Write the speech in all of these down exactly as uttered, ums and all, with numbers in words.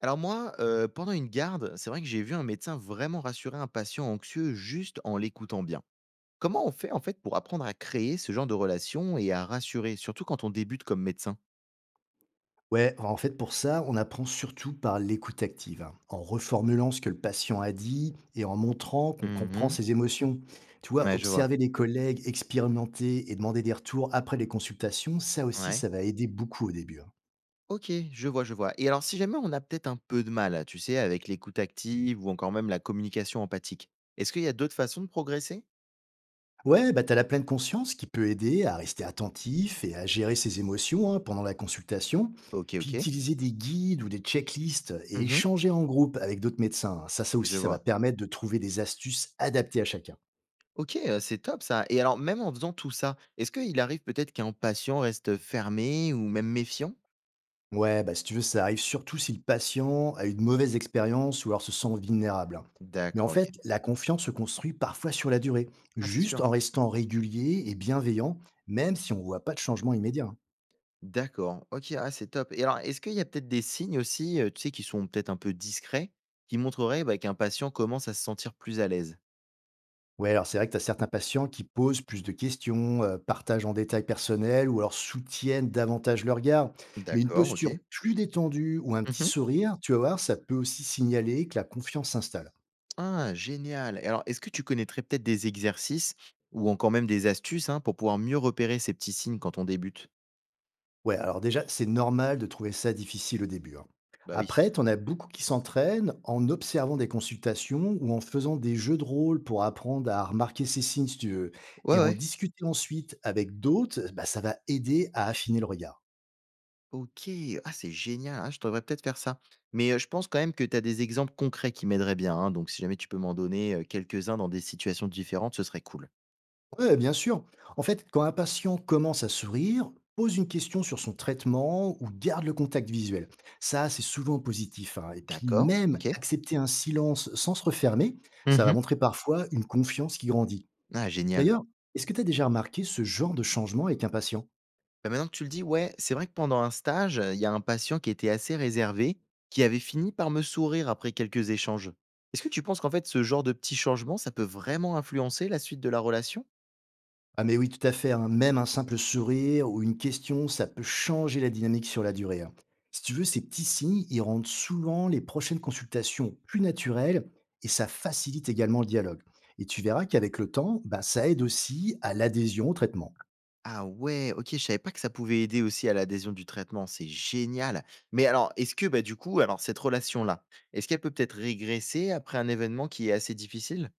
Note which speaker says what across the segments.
Speaker 1: Alors moi, heu, pendant une garde, c'est vrai que j'ai vu un médecin vraiment rassurer un patient anxieux juste en l'écoutant bien. Comment on fait en fait pour apprendre à créer ce genre de relation et à rassurer, surtout quand on débute comme médecin?
Speaker 2: Ouais, en fait, pour ça, on apprend surtout par l'écoute active, hein, en reformulant ce que le patient a dit et en montrant qu'on comprend
Speaker 1: Mmh.
Speaker 2: ses émotions. Tu vois,
Speaker 1: Ouais, je vois.
Speaker 2: observer les collègues, expérimenter et demander des retours après les consultations, ça aussi,
Speaker 1: Ouais.
Speaker 2: ça va aider beaucoup au début, hein.
Speaker 1: OK, je vois, je vois, et alors si jamais on a peut-être un peu de mal, tu sais, avec l'écoute active ou encore même la communication empathique, est-ce qu'il y a d'autres façons de progresser?
Speaker 2: Ouais, bah t'as la pleine conscience qui peut aider à rester attentif et à gérer ses émotions, hein, pendant la consultation.
Speaker 1: OK,
Speaker 2: Puis
Speaker 1: OK.
Speaker 2: utiliser des guides ou des checklists et
Speaker 1: Mmh.
Speaker 2: échanger en groupe avec d'autres médecins, hein. Ça, ça aussi,
Speaker 1: Je
Speaker 2: ça va
Speaker 1: vois.
Speaker 2: permettre de trouver des astuces adaptées à chacun.
Speaker 1: OK, heu, c'est top ça, et alors même en faisant tout ça, est-ce qu'il arrive peut-être qu'un patient reste fermé ou même méfiant?
Speaker 2: Ouais, bah, si tu veux, ça arrive surtout si le patient a eu une mauvaise expérience ou alors se sent vulnérable, hein. Mais en
Speaker 1: D'accord,
Speaker 2: fait,
Speaker 1: OK.
Speaker 2: la confiance se construit parfois sur la durée,
Speaker 1: Ah c'est
Speaker 2: juste
Speaker 1: sûr.
Speaker 2: en restant régulier et bienveillant, même si on ne voit pas de changement immédiat, hein.
Speaker 1: D'accord, OK, ah c'est top, et alors est-ce qu'il y a peut-être des signes aussi, heu, tu sais, qui sont peut-être un peu discrets, qui montreraient, bah, qu'un patient commence à se sentir plus à l'aise?
Speaker 2: Ouais, alors c'est vrai que tu as certains patients qui posent plus de questions, euh, partagent en détail personnel ou alors soutiennent davantage leur regard. Mais une
Speaker 1: D'accord, OK.
Speaker 2: posture plus détendue ou un petit
Speaker 1: Mmh.
Speaker 2: sourire, tu vas voir, ça peut aussi signaler que la confiance s'installe.
Speaker 1: Ah génial, et alors est-ce que tu connaîtrais peut-être des exercices ou encore même des astuces, hein, pour pouvoir mieux repérer ces petits signes quand on débute?
Speaker 2: Ouais, alors déjà, c'est normal de trouver ça difficile au début, hein.
Speaker 1: Bah oui.
Speaker 2: Après, t'en as beaucoup qui s'entraînent en observant des consultations ou en faisant des jeux de rôle pour apprendre à remarquer ces signes, si tu veux.
Speaker 1: Ouais,
Speaker 2: Et en
Speaker 1: ouais.
Speaker 2: discuter ensuite avec d'autres, bah, ça va aider à affiner le regard.
Speaker 1: OK. Ah, c'est génial. Ah, je devrais peut-être faire ça. Mais, heu, je pense quand même que tu as des exemples concrets qui m'aideraient bien, hein, donc si jamais tu peux m'en donner, heu, quelques-uns dans des situations différentes, ce serait cool.
Speaker 2: Ouais, bien sûr. En fait, quand un patient commence à sourire, pose une question sur son traitement ou garde le contact visuel. Ça, c'est souvent positif, hein. Et puis
Speaker 1: D'accord,
Speaker 2: même
Speaker 1: OK.
Speaker 2: accepter un silence sans se refermer, ça va
Speaker 1: Mmh.
Speaker 2: montrer parfois une confiance qui grandit.
Speaker 1: Ah, génial.
Speaker 2: D'ailleurs, est-ce que tu as déjà remarqué ce genre de changement avec un patient?
Speaker 1: Bah, maintenant que tu le dis, ouais, c'est vrai que pendant un stage, il y a un patient qui était assez réservé, qui avait fini par me sourire après quelques échanges. Est-ce que tu penses qu'en fait, ce genre de petits changements, ça peut vraiment influencer la suite de la relation?
Speaker 2: Ah mais oui, tout à fait, hein. Même un simple sourire ou une question, ça peut changer la dynamique sur la durée, hein. Si tu veux, ces petits signes, ils rendent souvent les prochaines consultations plus naturelles et ça facilite également le dialogue. Et tu verras qu'avec le temps, bah, ça aide aussi à l'adhésion au traitement.
Speaker 1: Ah ouais, OK, je savais pas que ça pouvait aider aussi à l'adhésion du traitement, c'est génial. Mais alors, est-ce que, bah, du coup, alors cette relation-là, est-ce qu'elle peut peut-être régresser après un événement qui est assez difficile?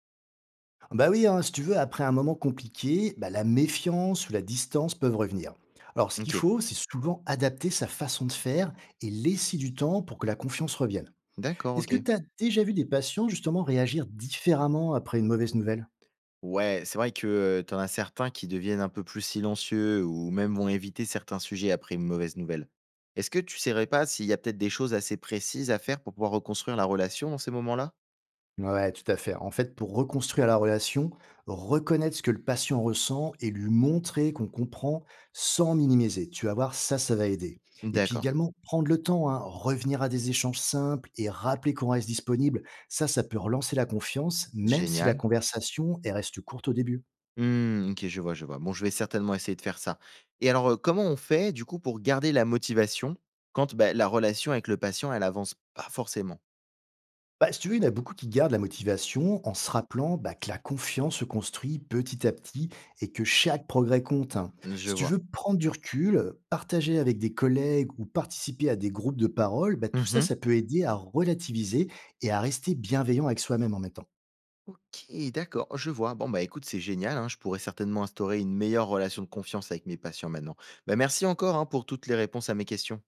Speaker 2: Bah oui, hein, si tu veux, après un moment compliqué, bah, la méfiance ou la distance peuvent revenir. Alors ce qu'il
Speaker 1: OK,
Speaker 2: faut, c'est souvent adapter sa façon de faire et laisser du temps pour que la confiance revienne.
Speaker 1: d'accord,
Speaker 2: Est-ce que
Speaker 1: OK.
Speaker 2: tu as déjà vu des patients justement réagir différemment après une mauvaise nouvelle?
Speaker 1: Ouais, c'est vrai que, heu, tu as certains qui deviennent un peu plus silencieux ou même vont éviter certains sujets après une mauvaise nouvelle. Est-ce que tu ne saurais pas s'il y a peut-être des choses assez précises à faire pour pouvoir reconstruire la relation dans ces moments-là?
Speaker 2: Ouais, tout à fait. En fait, pour reconstruire la relation, reconnaître ce que le patient ressent et lui montrer qu'on comprend sans minimiser. Tu vas voir, ça, ça va aider. Et puis
Speaker 1: D'accord,
Speaker 2: également, prendre le temps, hein, revenir à des échanges simples et rappeler qu'on reste disponible. Ça, ça peut relancer la confiance, même si la
Speaker 1: génial.
Speaker 2: conversation, elle reste courte au début.
Speaker 1: Mmh, OK, je vois, je vois. Bon, je vais certainement essayer de faire ça. Et alors, heu, comment on fait, du coup, pour garder la motivation quand, bah, la relation avec le patient, elle avance pas forcément?
Speaker 2: Bah, si tu veux, il y en a beaucoup qui gardent la motivation en se rappelant bah, que la confiance se construit petit à petit et que chaque progrès compte, hein.
Speaker 1: Je
Speaker 2: Si tu
Speaker 1: vois.
Speaker 2: veux prendre du recul, partager avec des collègues ou participer à des groupes de parole, bah, tout ça,
Speaker 1: Mmh.
Speaker 2: ça peut aider à relativiser et à rester bienveillant avec soi-même en même temps.
Speaker 1: OK, d'accord, je vois. Bon, bah, écoute, c'est génial, hein. Je pourrais certainement instaurer une meilleure relation de confiance avec mes patients maintenant. Bah, merci encore, hein, pour toutes les réponses à mes questions.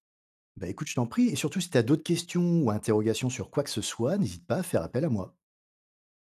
Speaker 2: Bah, écoute, je t'en prie, et surtout si tu as d'autres questions ou interrogations sur quoi que ce soit, n'hésite pas à faire appel à moi.